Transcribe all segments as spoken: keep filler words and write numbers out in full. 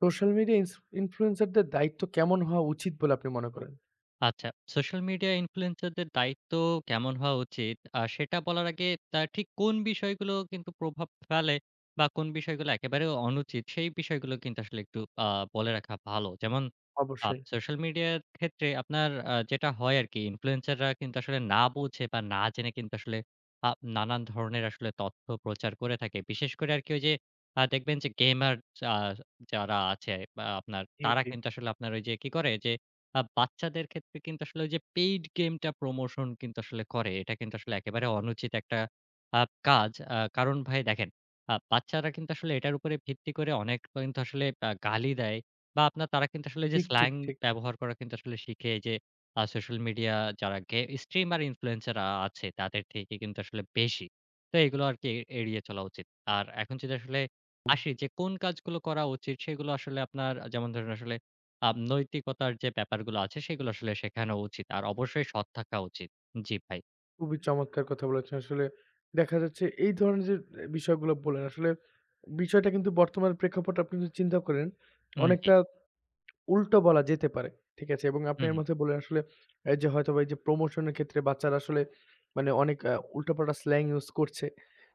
Social media ইনস ইনফ্লুয়েন্সারদের দায়িত্ব কেমন হওয়া উচিত বলে আপনি মনে করেন? আচ্ছা, সোশ্যাল মিডিয়া ইনফ্লুয়েন্সারদের দায়িত্ব কেমন হওয়া উচিত? আ সেটা বলার আগে তা ঠিক কোন বিষয়গুলো কিন্তু প্রভাব ফেলে বা কোন বিষয়গুলো একেবারে অনুচিত, সেই বিষয়গুলো কিন্তু আসলে একটু আ বলে রাখা ভালো। যেমন আ অবশ্যই। সোশ্যাল মিডিয়ার ক্ষেত্রে আপনার আ যেটা হয় আরকি ইনফ্লুয়েন্সাররা কিন্তু আসলে না বুঝে বা না জেনে কিন্তু আসলে আ নানান ধরনের আসলে তথ্য প্রচার করে থাকে। বিশেষ করে আরকি ওই যে আ দেখবেন যে গেমার যা যারা আছে বা আপনার জি, তারা জি। কিন্তু আসলে আপনার ওই যে কি করে যে আ বাচ্চাদের ক্ষেত্রে কিন্তু আসলে ওই যে পেইড গেমটা প্রমোশন কিন্তু আসলে করে। এটা কিন্তু আসলে একেবারে অনুচিত একটা আ কাজ। আ কারণ ভাই দেখেন, আ বাচ্চারা কিন্তু আসলে এটার উপরে ভিত্তি করে অনেক কিন্তু আসলে আ গালি দেয় বা আপনার তারা কিন্তু আসলে যে ঠিক, স্ল্যাং ঠিক, ঠিক। ব্যবহার করা কিন্তু আসলে শিখে যে আ সোশ্যাল মিডিয়া যারা গে স্ট্রিমার ইনফ্লুয়েন্সার আ আছে তাদের থেকে কিন্তু আসলে বেশি। তো এগুলো আরকি এড়িয়ে চলা উচিত। আর এখন যদি আসলে আসি যে কোন কাজগুলো করা উচিত সেগুলো আসলে আপনার যেমন ধরেন আসলে আম নৈতিকতার যে ব্যাপারগুলো আছে সেগুলো আসলে শেখানো উচিত। আর অবশ্যই সৎ থাকা উচিত। জি ভাই। খুবই চমৎকার কথা বলেছেন। আসলে দেখা যাচ্ছে এই ধরনের যে এ বিষয়গুলো বললেন আসলে বিষয়টা কিন্তু বর্তমান প্রেক্ষাপট আপনি যদি চিন্তা করেন উম জি। অনেকটা উল্টো বলা যেতে পারে। ঠিক আছে? এবং আপনি হুম, এর হুম। মধ্যে বললেন আসলে এই যে হয়তোবা এই যে প্রমোশন এর ক্ষেত্রে বাচ্চারা আসলে মানে অনেক আ উল্টাপাল্টা স্ল্যাং ইউজ করছে।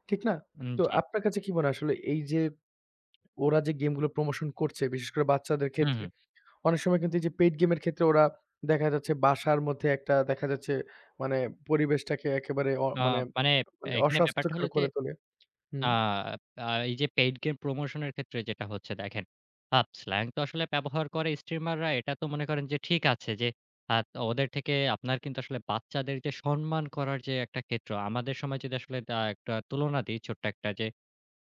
ঠিক না? উম তো জি। আপনার কাছে কি মনে হয় আসলে এই যে ওরা যে গেমগুলো প্রমোশন করছে বিশেষ করে বাচ্চাদের হুম, ক্ষেত্রে হুম। অনেক সময় কিন্তু এই যে পেইড গেমের ক্ষেত্রে ওরা দেখা যাচ্ছে বাসার মধ্যে একটা দেখা যাচ্ছে মানে পরিবেশটাকে একেবারে অ আ মানে মানে মানে এখানে ব্যাপারটা অস্বাস্থ্যকর হলো যে করে তোলে। আ হুম। আ এই যে পেইড গেম প্রমোশন এর ক্ষেত্রে যেটা হচ্ছে দেখেন, আ স্ল্যাং তো আসলে ব্যবহার করে স্ট্রিমাররা এটা তো মনে করেন যে ঠিক আছে যে আ ওদের থেকে আপনার কিন্তু আসলে বাচ্চাদের যে সম্মান করার যে একটা ক্ষেত্র, আমাদের সময় যদি আসলে আ একটা তুলনা দিই ছোট্ট একটা যে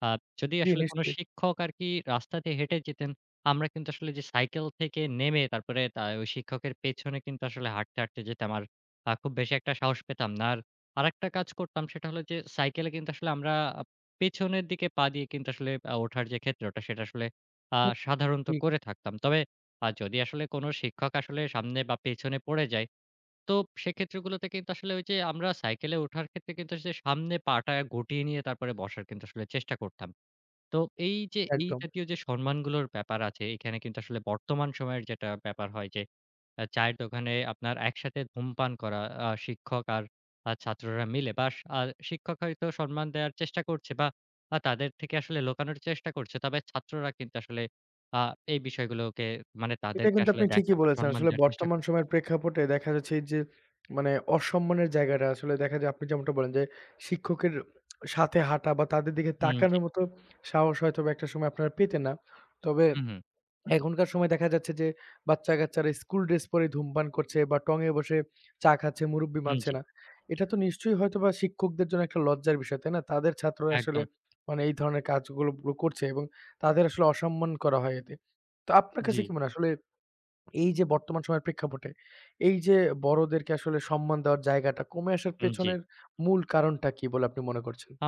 আ যদি জি, আসলে কোন নিশ্চয়ই। শিক্ষক আরকি রাস্তাতে হেঁটে যেতেন, আমরা কিন্তু আসলে যে সাইকেল থেকে নেমে তারপরে তা ওই শিক্ষকের পেছনে কিন্তু আসলে হাঁটতে, হাঁটতে যেতাম। আর আ খুব বেশি একটা সাহস পেতাম না। আর আরেকটা কাজ করতাম সেটা হলো যে সাইকেলে কিন্তু আসলে আমরা পেছনের দিকে পা দিয়ে কিন্তু আসলে আ ওঠার যে ক্ষেত্রটা সেটা আসলে আ হুম, সাধারণত ঠিক করে থাকতাম। তবে আ যদি আসলে কোনো শিক্ষক আসলে সামনে বা পেছনে পড়ে যায়, তো সেক্ষেত্রগুলোতে কিন্তু আসলে ওই যে আমরা সাইকেলে ওঠার ক্ষেত্রে কিন্তু যে সামনে পাটা গুটিয়ে নিয়ে তারপরে বসার কিন্তু আসলে চেষ্টা করতাম। তো এই যে এই একদম। জাতীয় যে সম্মানগুলোর ব্যাপার আছে, এখানে কিন্তু আসলে বর্তমান সময়ের যেটা ব্যাপার হয় যে, আ চায়ের দোকানে আপনার একসাথে ধূমপান করা আ শিক্ষক আর আ ছাত্ররা মিলে বা আ শিক্ষক হয়তো সম্মান দেওয়ার চেষ্টা করছে বা আ তাদের থেকে আসলে লুকানোর চেষ্টা করছে। তবে ছাত্ররা কিন্তু আসলে আ এই বিষয়গুলোকে মানে এটা তাদেরকে কিন্তু আসলে আপনি দেখা ঠিকই বা বলেছেন। সম্মান আসলে দেওয়ার চেষ্টা বর্তমান করছে। সময়ের প্রেক্ষাপটে দেখা যাচ্ছে এই যে মানে অসম্মানের জায়গাটা আসলে দেখা যায় আপনি যেমনটা বলেন যে শিক্ষকের সাথে হাঁটা বা তাদের দিকে হুম, জি। তাকানোর মতো সাহস হয়তোবা একটা সময় আপনারা পেতেন না। তবে হু, হু। এখনকার সময় দেখা যাচ্ছে যে বাচ্চা-কাচ্চারা স্কুল ড্রেস পরে ধূমপান করছে বা টঙে বসে চা খাচ্ছে, মুরুব্বি হুম, মানছে জি। না। এটা তো নিশ্চয়ই হয়তোবা শিক্ষকদের জন্য একটা লজ্জার বিষয়, তাই না? তাদের ছাত্ররা আসলে একদম। মানে এই ধরনের কাজগুলো গুলো করছে এবং তাদের আসলে অসম্মান করা হয় এতে। তো আপনার জি, কাছে কি মনে হয় আসলে এই যে বর্তমান সময়ের প্রেক্ষাপটে, এই যে বড়দেরকে আসলে সম্মান দেওয়ার জায়গাটা কমে আসার হুম, জি। পেছনের মূল কারণটা কি বলে আপনি মনে করছেন? আ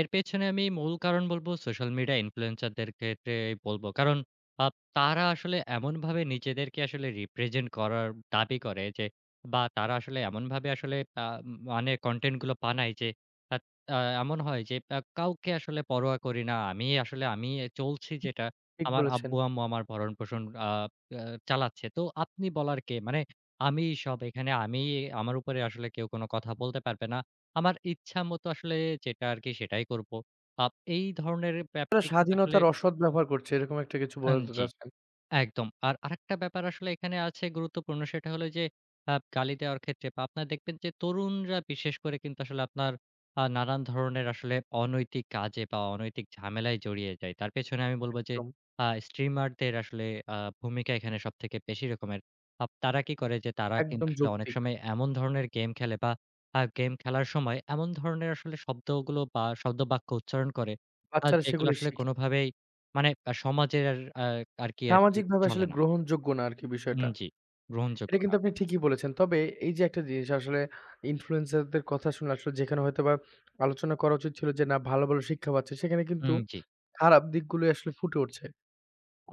এর পেছনে আমি মূল কারণ বলবো সোশ্যাল মিডিয়া ইনফ্লুয়েন্সারদের ক্ষেত্রেই বলব। কারণ আ তারা আসলে এমনভাবে নিজেদেরকে আসলে রিপ্রেজেন্ট করার দাবি করে যে বা তারা আসলে এমনভাবে আসলে আ মানে কনটেন্ট গুলো বানায় যে আ আ এমন হয় যে আ কাউকে আসলে পরোয়া করি না। আমি আসলে আমি চলছি যেটা ঠিক আমার বলেছেন। আব্বু-আম্মু আমার ভরণ-পোষণ আ আ চালাচ্ছে। তো আপনি বলার কে? মানে আমিই সব এখানে আমি আমার উপরে আসলে কেউ কোন কথা বলতে পারবে না। আমার ইচ্ছা মতো আসলে যেটা আরকি সেটাই করব। আপ এই ধরনের তারা ব্যাপারে কিন্তু আসলে স্বাধীনতার অসৎ ব্যবহার করছে এরকম একটা কিছু আন বোঝাতে জি। চাচ্ছেন। একদম। আর আরেকটা ব্যাপার আসলে এখানে আছে গুরুত্বপূর্ণ সেটা হলো যে আ গালি দেওয়ার ক্ষেত্রে বা আপনারা দেখবেন যে তরুণরা বিশেষ করে কিন্তু আসলে আপনার আ নানান ধরনের আসলে অনৈতিক কাজে বা অনৈতিক ঝামেলায় জড়িয়ে যায়। তার পেছনে আমি বলব যে একদম, আ স্ট্রিমারদের আসলে আ ভূমিকা এখানে সবথেকে বেশি রকমের। আপ তারা কি করে যে তারা কিন্তু একদম আসলে অনেক যৌক্তিক। সময় এমন ধরনের গেম খেলে বা আ গেম খেলার সময় এমন ধরনের আসলে শব্দগুলো বা শব্দ বাক্য উচ্চারণ করে আ বাচ্চারা যেগুলো সেগুলো আসলে শিখে। কোনোভাবেই মানে আ সমাজের আর আ আরকি, আরকি সামাজিকভাবে চলে আসলে না। গ্রহণযোগ্য না আরকি উম বিষয়টা। জি। গ্রহণযোগ্য এটা না। কিন্তু আপনি ঠিকই বলেছেন। তবে এই যে একটা জিনিস আসলে ইনফ্লুয়েন্সার দের কথা শুনে আসলে যেখানে হয়তোবা আলোচনা করা উচিত ছিল যে না ভালো, ভালো শিক্ষা পাচ্ছে সেখানে কিন্তু উম জি। খারাপ দিকগুলোই আসলে ফুটে উঠছে।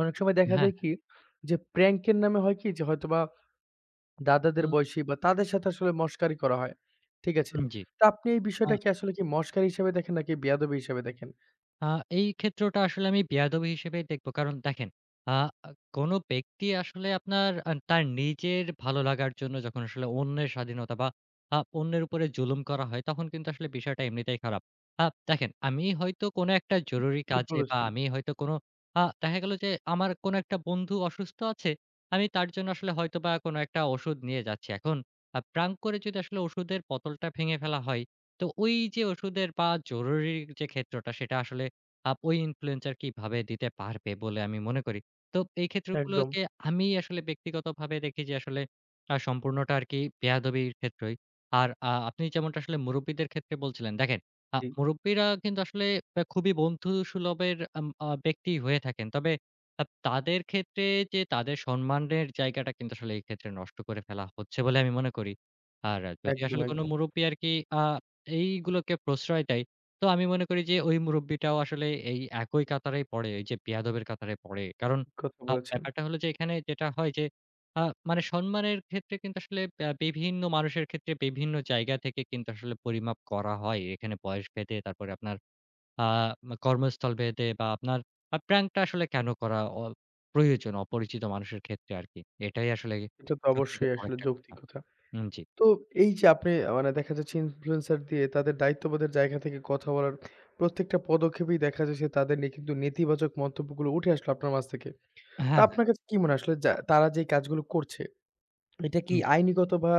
অনেক সময় দেখা হ্যাঁ, যায় কি হ্যাঁ। যে প্র্যাঙ্ক এর নামে হয় কি যে হয়তোবা দাদাদের বয়সী বা তাদের সাথে আসলে মশকারি করা হয়। ঠিক আছে? উম জি। তো আপনি এই আ বিষয়টাকে আসলে কি মশকারি হিসেবে দেখেন নাকি বেয়াদবি হিসেবে দেখেন? আ এই ক্ষেত্রটা আসলে আমি বেয়াদবি হিসেবেই দেখব। কারণ দেখেন, আ আ কোন ব্যক্তি আসলে আপনার আ তার নিজের ভালো লাগার জন্য যখন আসলে অন্যের স্বাধীনতা বা আ অন্যের উপরে জুলুম করা হয়, তখন কিন্তু আসলে বিষয়টা এমনিতেই খারাপ। আ দেখেন, আমি হয়তো কোনো একটা জরুরি ঠিক কাজে বা বলেছেন। আমি হয়তো কোনো আ দেখা গেল যে আমার কোনো একটা বন্ধু অসুস্থ আছে, আমি তার জন্য আসলে হয়তোবা কোনো একটা ওষুধ নিয়ে যাচ্ছি। এখন আ প্রাং করে যদি আসলে ওষুধের বোতলটা ভেঙে ফেলা হয়, তো ওই যে ওষুধের বা জরুরির যে ক্ষেত্রটা, সেটা আসলে আপ ওই ইনফ্লুয়েন্সার কিভাবে দিতে পারবে বলে আমি মনে করি। তো এই একদম। ক্ষেত্রগুলোকে আমি আসলে ব্যক্তিগতভাবে দেখি যে আসলে আ সম্পূর্ণটা আরকি বেয়াদবির ক্ষেত্রই। আর আ আপনি যেমনটা আসলে মুরুব্বিদের ক্ষেত্রে বলছিলেন, দেখেন আ জি, মুরুব্বিরা কিন্তু আসলে আ খুবই বন্ধুসুলভের আম আ ব্যক্তি হয়ে থাকেন। তবে আ তাদের ক্ষেত্রে যে তাদের সম্মানের জায়গাটা কিন্তু আসলে এই ক্ষেত্রে নষ্ট করে ফেলা হচ্ছে বলে আমি মনে করি। আর যদি একদম, আসলে কোনো একদম। মুরুব্বি আরকি আ এইগুলোকে প্রশ্রয় দেয় তো আমি মনে করি যে ওই মুরুব্বিটাও আসলে এই একই কাতারেই পড়ে, এই যে বেয়াদবের কাতারে পড়ে। কারণ ঠিক কথা আ বলেছেন। ব্যাপারটা হলো যে এখানে যেটা হয় যে আ মানে সম্মানের ক্ষেত্রে কিন্তু আসলে আ বিভিন্ন মানুষের ক্ষেত্রে বিভিন্ন জায়গা থেকে কিন্তু আসলে পরিমাপ করা হয়। এখানে বয়স ভেদে তারপরে আপনার আ কর্মস্থল ভেদে বা আপনার আ প্র্যাংকটা আসলে কেন করা অ প্রয়োজন অপরিচিত মানুষের ক্ষেত্রে আরকি। এটাই আসলে এটা তো সবথেকে অবশ্যই বড় আসলে একটা কথা। যৌক্তিক কথা। উম জি। তো এই যে আপনি আ মানে দেখা যাচ্ছে ইনফ্লুয়েন্সার দিয়ে তাদের দায়িত্ববোধের জায়গা থেকে কথা বলার প্রত্যেকটা পদক্ষেপেই দেখা যাচ্ছে তাদের নিয়ে কিন্তু নেতিবাচক মন্তব্যগুলো উঠে আসলো আপনার মাঝ থেকে। তো হ্যাঁ, হ্যাঁ। আপনার কাছে কি মনে হয় আসলে যা তারা যে কাজগুলো করছে, এটা কি হুম, জি। আইনিগত বা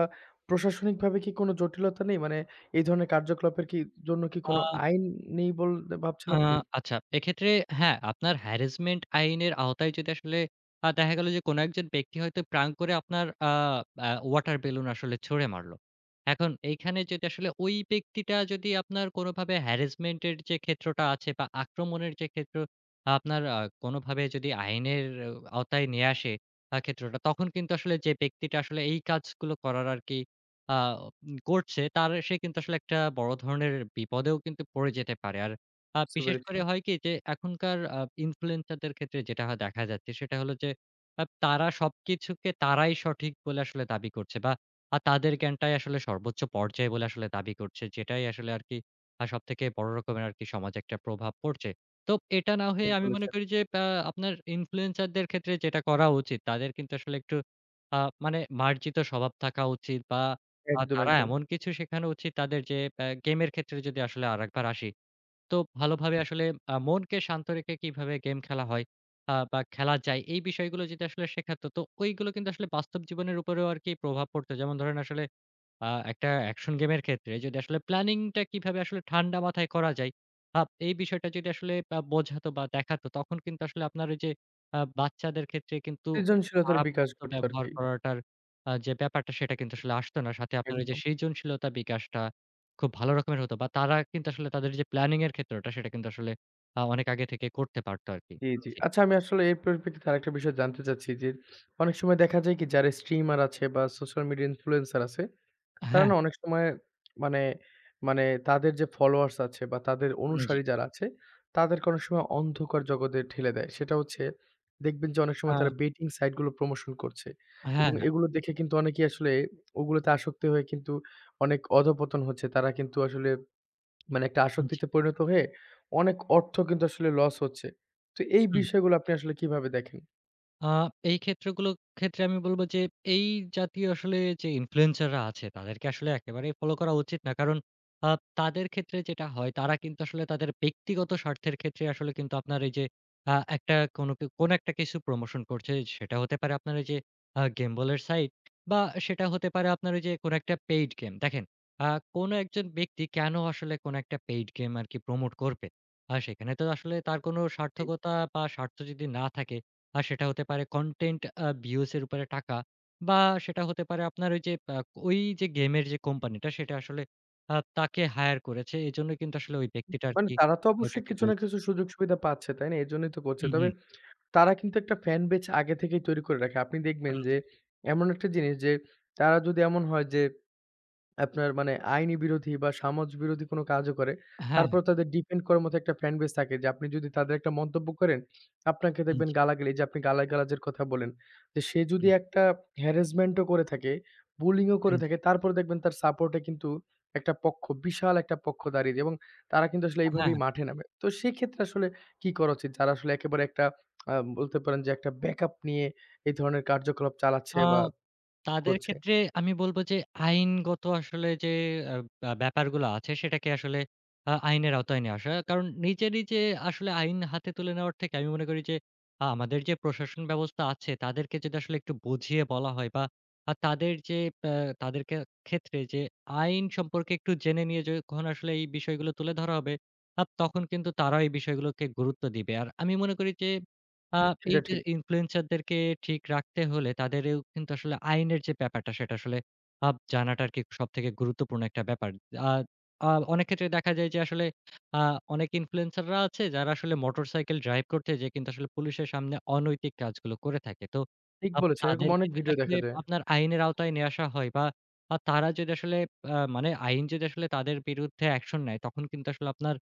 প্রশাসনিকভাবে কি কোনো জটিলতা নেই? মানে এই ধরনের কার্যকলাপের কি জন্য কি আ কোনো আইন নেই বল ভাবছেন আ আপনি? আচ্ছা। এক্ষেত্রে হ্যাঁ, আপনার হ্যারাসমেন্ট আইনের আওতায় যদি আসলে আ দেখা গেল যে কোনো একজন ব্যক্তি হয়তো প্রাং করে আপনার আ আ ওয়াটার বেলুন আসলে ছুঁড়ে মারল। এখন এইখানে যদি আসলে ওই ব্যক্তিটা যদি আপনার কোনোভাবে হ্যারাসমেন্ট এর যে ক্ষেত্রটা আছে বা আক্রমণের যে ক্ষেত্র আপনার আ কোনোভাবে যদি আইনের আওতায় নিয়ে আসে আ ক্ষেত্রটা, তখন কিন্তু আসলে যে ব্যক্তিটা আসলে এই কাজগুলো করার আরকি আ উম করছে তার সে কিন্তু আসলে একটা বড় ধরনের বিপদেও কিন্তু পড়ে যেতে পারে। আর আ বুঝতে বিশেষ পেরেছি। করে হয় কি যে এখনকার আ ইনফ্লুয়েন্সার দের ক্ষেত্রে যেটা হা দেখা যাচ্ছে সেটা হলো যে আ তারা সবকিছুকে তারাই সঠিক বলে আসলে দাবি করছে বা আ তাদের জ্ঞানটাই আসলে সর্বোচ্চ পর্যায়ে বলে আসলে দাবি করছে। যেটাই আসলে আরকি আ সবথেকে বড় রকমের আরকি সমাজে একটা প্রভাব পড়ছে। তো এটা না হয়ে ঠিক আমি মনে বলেছেন। করি যে আ আপনার ইনফ্লুয়েন্সার দের ক্ষেত্রে যেটা করা উচিত তাদের কিন্তু আসলে একটু আ মানে মার্জিত স্বভাব থাকা উচিত বা আ একদম, তারা একদম। এমন কিছু শেখানো উচিত তাদের যে আ গেমের ক্ষেত্রে যদি আসলে আরেকবার আসি তো ভালোভাবে আসলে আ মনকে শান্ত রেখে কিভাবে গেম খেলা হয় আ বা খেলা যায় এই বিষয়গুলো যদি আসলে শেখাতো, তো ওইগুলো কিন্তু আসলে বাস্তব জীবনের উপরেও আরকি প্রভাব পড়তো। যেমন ধরেন আসলে আ একটা অ্যাকশন গেমের ক্ষেত্রে যদি আসলে প্ল্যানিংটা কিভাবে আসলে ঠান্ডা মাথায় করা যায়, আপ এই বিষয়টা যদি আসলে আ বোঝাতো বা দেখাতো তখন কিন্তু আসলে আপনার ওই যে আ বাচ্চাদের ক্ষেত্রে কিন্তু ওই যে সৃজনশীলতার খারাপ বিকাশ শব্দ করতো ব্যবহার আরকি। করাটার আ যে ব্যাপারটা সেটা কিন্তু আসলে আসতো না। সাথে আপনার ওই যে একদম। সৃজনশীলতা বিকাশটা খুব ভালো রকমের হতো বা তারা কিন্তু আসলে তাদের যে প্ল্যানিং এর ক্ষেত্রটা সেটা কিন্তু আসলে আ অনেক আগে থেকে করতে পারতো আরকি। জি, জি। জি। আচ্ছা আমি আসলে এর পরিপ্রেক্ষিতে আরেকটা বিষয় জানতে চাচ্ছি যে, অনেক সময় দেখা যায় কি যারা স্ট্রিমার আছে বা সোশ্যাল মিডিয়া ইনফ্লুয়েন্সার আছে, তারা হ্যাঁ, না অনেক সময় মানে মানে তাদের যে ফলোয়ার্স আছে বা তাদের হুম, জি। অনুসারী যারা আছে, তাদেরকে অনেক সময় অন্ধকার জগতে ঠেলে দেয়। সেটা হচ্ছে দেখবেন যে অনেক আ সময় তারা বেটিং সাইট গুলো প্রমোশন করছে হ্যাঁ, এবং হ্যাঁ। এগুলো দেখে কিন্তু অনেকেই আসলে ওগুলোতে আসক্তি হয়ে কিন্তু অনেক অধঃপতন হচ্ছে। তারা কিন্তু আসলে মানে একটা জি। আসক্তিতে পরিণত হয়ে অনেক অর্থ কিন্তু আসলে লস হচ্ছে। তো এই হুম। বিষয়গুলো আপনি আসলে কিভাবে দেখেন? আ এই ক্ষেত্রগুলো ক্ষেত্রে আমি বলব যে, এই জাতীয় আসলে যে ইনফ্লুয়েন্সাররা আছে, তাদেরকে আসলে একেবারেই ফলো করা উচিত না। কারণ আ তাদের ক্ষেত্রে যেটা হয়, তারা কিন্তু আসলে তাদের ব্যক্তিগত স্বার্থের ক্ষেত্রে আসলে কিন্তু আপনার এই যে আ একটা কোনো কি কোনো একটা কিছু প্রমোশন করছে, সেটা হতে পারে আপনার ওই যে আ গেমবলের সাইট বা সেটা হতে পারে আপনার ওই যে কোনো একটা পেইড গেম। দেখেন, আ কোনো একজন ব্যক্তি কেন আসলে কোনো একটা পেইড গেম আরকি প্রমোট করবে? আ সেখানে তো আসলে তার কোনো জি। সার্থকতা বা স্বার্থ যদি না থাকে আর সেটা হতে পারে কনটেন্ট আ ভিউজ এর উপরে টাকা বা সেটা হতে পারে আপনার ওই যে আ ওই যে গেমের যে কোম্পানিটা সেটা আসলে আ তাকে হায়ার করেছে। এজন্যই কিন্তু আসলে ওই ব্যক্তিটা মানে আরকি তারা তো অবশ্যই ওটাকে কিছু না বলছে। কিছু সুযোগ সুবিধা পাচ্ছে, তাই না? এজন্যই তো করছে। হুম, তবে হুম। তারা কিন্তু একটা ফ্যান বেজ আগে থেকেই তৈরি করে রাখে। আপনি দেখবেন হ্যাঁ, যে এমন একটা জিনিস যে তারা যদি এমন হয় যে আপনার মানে আইনি বিরোধী বা সমাজ বিরোধী কোনো কাজও করে। হ্যাঁ। তারপর তাদের ডিপেন্ড করার মতো একটা ফ্যান বেস থাকে যে আপনি যদি তাদের একটা মন্তব্য করেন, আপনাকে হুম, দেখবেন জি, গালাগালি এই যে আপনি গালাগালাজের কথা বলেন। যে সে যদি হুম, একটা হ্যারাসমেন্ট ও করে থাকে, বুলিং ও হুম, করে জি। থাকে তারপরে দেখবেন তার সাপোর্ট এ কিন্তু একটা পক্ষ, বিশাল একটা পক্ষ দাঁড়িয়ে যায় এবং তারা কিন্তু আসলে হ্যাঁ, এইভাবেই হ্যাঁ। মাঠে নামে। তো সেক্ষেত্রে আসলে কি করা উচিত? যারা আসলে একেবারে একটা আ বলতে পারেন যে একটা ব্যাকআপ নিয়ে এই ধরনের কার্যকলাপ চালাচ্ছে আ বা তাদের করছে, ক্ষেত্রে আমি বলব যে আইনগত আসলে যে আ ব্যা ব্যাপারগুলো আছে সেটাকে আসলে আ আইনের আওতায় নিয়ে আসা। কারণ নিজে, নিজে আসলে আইন হাতে তুলে নেওয়ার থেকে আমি মনে করি যে আ আমাদের যে প্রশাসন ব্যবস্থা আছে তাদেরকে যদি আসলে একটু বুঝিয়ে বলা হয় বা আ তাদের যে আ তাদেরকে ক্ষেত্রে যে আইন সম্পর্কে একটু জেনে নিয়ে যখন আসলে এই বিষয়গুলো তুলে ধরা হবে আ তখন কিন্তু তারাও এই বিষয়গুলোকে গুরুত্ব দিবে। আর আমি মনে করি যে আ এই সেটা যে ঠিক। ইনফ্লুয়েন্সারদেরকে ঠিক রাখতে হলে তাদেরও কিন্তু আসলে আইনের যে ব্যাপারটা সেটা আসলে আব জানাটা আরকি সবথেকে গুরুত্বপূর্ণ একটা ব্যাপার। আ আ অনেক ক্ষেত্রে দেখা যায় যে আসলে আ অনেক ইনফ্লুয়েন্সাররা আছে যারা আসলে মোটরসাইকেল ড্রাইভ করতে যেয়ে কিন্তু আসলে পুলিশের সামনে অনৈতিক কাজগুলো করে থাকে। তো ঠিক আপ বলেছেন। এরকম তাদেরকে অনেক যদি ভিডিও আসলে দেখা যায়। আপনার আইনের আওতায় নিয়ে আসা হয় বা আ তারা যদি আসলে আ মানে আইন যদি আসলে তাদের বিরুদ্ধে অ্যাকশন নেয় তখন কিন্তু আসলে আপনার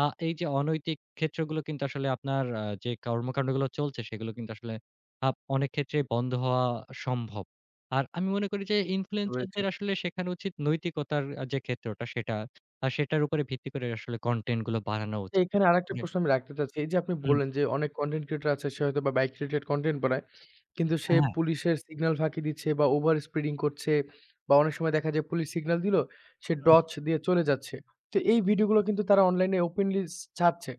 আ এই যে অনৈতিক ক্ষেত্রগুলো কিন্তু আসলে আপনার আ যে কর্মকান্ডগুলো চলছে সেগুলো কিন্তু আসলে আপ অনেক ক্ষেত্রেই বন্ধ হওয়া সম্ভব। আর আমি মনে করি যে বুঝতে পেরেছি। ইনফ্লুয়েন্সারদের আসলে শেখানো উচিত নৈতিকতার আ যে ক্ষেত্রটা সেটা আর সেটার উপরে ভিত্তি করে আসলে কনটেন্ট গুলো বানানো তো উচিত। এখানে আরেকটা জি, প্রশ্ন আমি রাখতে চাচ্ছি। এই যে আপনি হুম, বললেন জি। যে অনেক কনটেন্ট ক্রিয়েটর আছে সে হয়তোবা বাইক রিলেটেড কনটেন্ট বানায়। কিন্তু সে হ্যাঁ, পুলিশের সিগনাল ফাঁকি দিচ্ছে বা ওভার স্পিডিং করছে বা অনেক সময় দেখা যায় পুলিশ সিগনাল দিল, সে হুম, ডজ দিয়ে চলে যাচ্ছে। তো এই ভিডিওগুলো কিন্তু তারা অনলাইনে ওপেনলি স ছাড়ছে।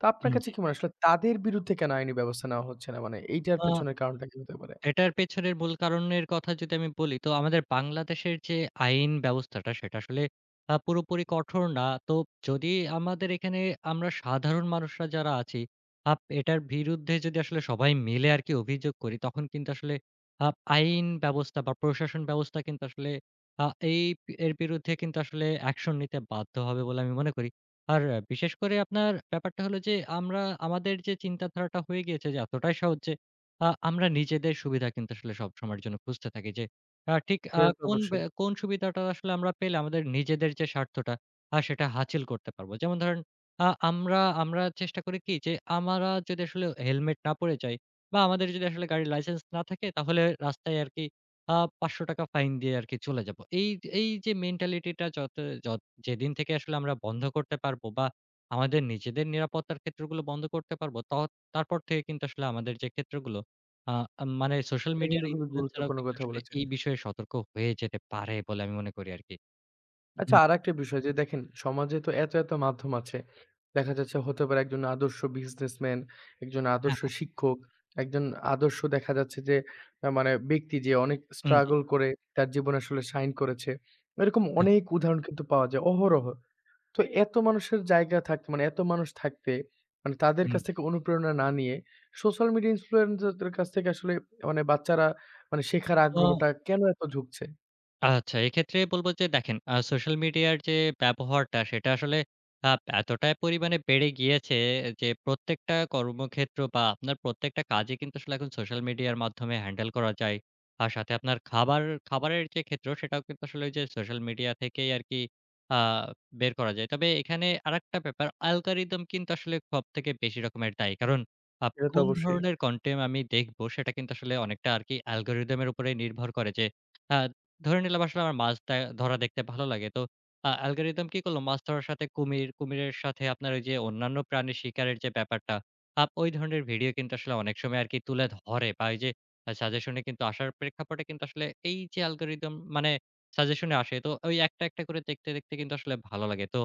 তো আপনার হুম, কাছে জি। কি মনে হয় আসলে তাদের বিরুদ্ধে কেন আইনি ব্যবস্থা নেওয়া হচ্ছে না? মানে এইটার আ পেছনের কারণটা কি হতে পারে? এটার পেছনের মূল কারণের কথা যদি আমি বলি, তো আমাদের বাংলাদেশের যে আইন ব্যবস্থাটা সেটা আসলে আ পুরোপুরি কঠোর না। তো যদি আমাদের এখানে আমরা সাধারণ মানুষরা যারা আছি, আপ এটার বিরুদ্ধে যদি আসলে সবাই মিলে আরকি অভিযোগ করি, তখন কিন্তু আসলে আপ আইন ব্যবস্থা বা প্রশাসন ব্যবস্থা কিন্তু আসলে আ এই এর বিরুদ্ধে কিন্তু আসলে অ্যাকশন নিতে বাধ্য হবে বলে আমি মনে করি। আর আহ, বিশেষ করে আপনার ব্যাপারটা হলো যে আমরা আমাদের যে চিন্তাধারাটা হয়ে গিয়েছে যে এতটাই সহজ যে আ আমরা নিজেদের সুবিধা কিন্তু আসলে সবসময়ের জন্য খুঁজতে থাকি যে, আ ঠিক আ সেটা হুম। তো কোন ব্যা অবশ্যই। কোন সুবিধাটা আসলে আমরা পেলে আমাদের নিজেদের যে স্বার্থটা, আ সেটা হাসিল করতে পারবো। যেমন ধরেন আ আমরা আমরা চেষ্টা করি কি যে, আমরা যদি আসলে হেলমেট না পরে যাই বা আমাদের যদি আসলে গাড়ির লাইসেন্স না থাকে তাহলে রাস্তায় আরকি আ ৳পাঁচশ টাকা ফাইন দিয়ে আরকি চলে যাবো। এই এই যে মেন্টালিটিটা যত যত যেদিন থেকে আসলে আমরা বন্ধ করতে পারবো বা আমাদের নিজেদের নিরাপত্তার ক্ষেত্রগুলো বন্ধ করতে পারবো, ত তারপর থেকে কিন্তু আসলে আমাদের যে ক্ষেত্রগুলো আ আ মানে সোশ্যাল এটা মিডিয়ার কিন্তু খুবই ইনফ্লুয়েন্সাররাও গুরুত্বপূর্ণ কিন্তু কথা আসলে বলেছেন। এই বিষয়ে সতর্ক হয়ে যেতে পারে বলে আমি মনে করি আরকি। আচ্ছা হুম। আরেকটা বিষয় যে দেখেন সমাজে তো এত, এত মাধ্যম আছে। দেখা যাচ্ছে হতে পারে একজন আদর্শ বিজনেসম্যান, একজন হ্যাঁ, আদর্শ হ্যাঁ। শিক্ষক, একজন আদর্শ দেখা যাচ্ছে যে আ মানে ব্যক্তি যে অনেক উম জি। স্ট্রাগল করে তার জীবনে আসলে শাইন করেছে। এরকম হ্যাঁ, অনেক উদাহরণ কিন্তু পাওয়া যায় অহরহ। তো এত মানুষের জায়গা থাকতে মানে এত মানুষ থাকতে মানে তাদের উম কাছ জি। থেকে অনুপ্রেরণা না নিয়ে সোশ্যাল মিডিয়া ইনফ্লুয়েন্সার দের কাছ থেকে আসলে মানে বাচ্চারা মানে শেখার তো আগ্রহটা কেন এত ঝুঁকছে? আচ্ছা, এক্ষেত্রে বলব যে দেখেন আ সোশ্যাল মিডিয়ার যে ব্যবহারটা সেটা আসলে আ এতটাই পরিমাণে বেড়ে গিয়েছে যে প্রত্যেকটা কর্মক্ষেত্র বা আপনার প্রত্যেকটা কাজে কিন্তু আসলে এখন সোশ্যাল মিডিয়ার মাধ্যমে হ্যান্ডেল করা যায়। আর সাথে আপনার খাবার খাবারের যে ক্ষেত্র সেটাও কিন্তু আসলে ওই যে সোশ্যাল মিডিয়া থেকেই আরকি আ বের করা যায়। তবে এখানে আরেকটা ব্যাপার অ্যালগরিদম কিন্তু আসলে সবথেকে বেশি রকমের দায়ী। কারণ আপ এটা তো কোন অবশ্যই ধরনের কনটেন্ট আমি দেখব সেটা কিন্তু আসলে অনেকটা আরকি অ্যালগরিদম এর উপরে নির্ভর করে যে আ ধরে নিলাম আসলে আমার মাছ দে ধরা দেখতে ভালো লাগে। তো আ অ্যালগরিদম কি করল? মাছ ধরার সাথে কুমির, কুমিরের সাথে আপনার ওই যে অন্যান্য প্রাণী শিকারের যে ব্যাপারটা, আপ ওই ধরনের ভিডিও কিন্তু আসলে অনেক সময় আরকি তুলে ধরে বা এই যে আ সাজেশনে কিন্তু আসার প্রেক্ষাপটে কিন্তু আসলে এই যে অ্যালগরিদম মানে সাজেশনে আসে, তো ওই একটা, একটা করে দেখতে, দেখতে কিন্তু আসলে ভালো লাগে। তো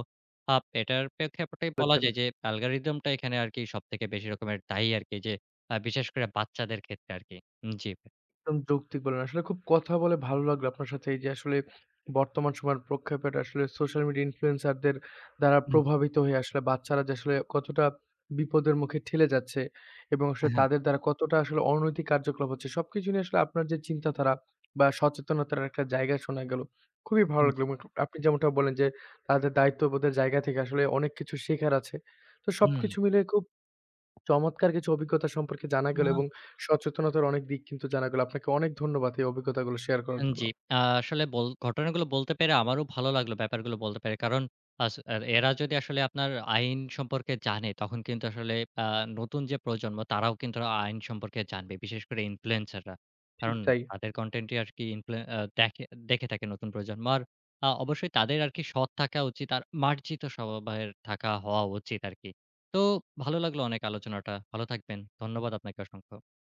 আপ এটার প্রেক্ষাপটেই বলা বলেছেন। যায় যে অ্যালগরিদমটা এখানে আরকি সবথেকে বেশি রকমের দায়ী আরকি যে আ বিশেষ করে বাচ্চাদের ক্ষেত্রে আরকি। জি ভাই। একদম যৌক্তিক বললেন। আসলে খুব কথা বলে ভালো লাগলো আপনার সাথে। এই যে আসলে বর্তমান সময়ের প্রেক্ষাপটে আসলে সোশ্যাল মিডিয়া ইনফ্লুয়েন্সারদের দ্বারা হুম, প্রভাবিত হয়ে আসলে বাচ্চারা যে আসলে কতটা বিপদের মুখে ঠেলে যাচ্ছে এবং আসলে হ্যাঁ, তাদের দ্বারা কতটা আসলে অনৈতিক কার্যকলাপ হচ্ছে। সবকিছু নিয়ে আসলে আপনার যে চিন্তাধারা বা সচেতনতার একটা জায়গা শোনা গেল। খুবই ভালো হুম, জি। লাগলো এবং আপনি যেমনটা বললেন যে তাদের দায়িত্ববোধের জায়গা থেকে আসলে অনেক কিছু শেখার আছে। তো হুম। সবকিছু মিলে খুব চমৎকার কিছু অভিজ্ঞতা সম্পর্কে জানা গেল আ এবং সচেতনতার অনেক দিক কিন্তু জানা গেল। আপনাকে অনেক ধন্যবাদ এই অভিজ্ঞতাগুলো শেয়ার করার উম জন্য। জি। আ আসলে বল ঘটনাগুলো বলতে পেরে আমারও ভালো লাগলো ব্যাপারগুলো বলতে পেরে। কারণ আস আর এরা যদি আসলে আপনার আইন সম্পর্কে জানে, তখন কিন্তু আসলে আ নতুন যে প্রজন্ম তারাও কিন্তু আইন সম্পর্কে জানবে। বিশেষ করে ইনফ্লুয়েন্সাররা। ঠিক কারণ তাই। তাদের কনটেন্টই আরকি ইনফ্লুয়ে আ দেখে দেখে থাকে নতুন প্রজন্ম। আর আ অবশ্যই তাদের আরকি সৎ থাকা উচিত আর মার্জিত স্বভাবের থাকা হওয়া উচিত আরকি। তো ভালো লাগলো অনেক আলোচনাটা। ভালো থাকবেন। ধন্যবাদ আপনাকে অসংখ্য।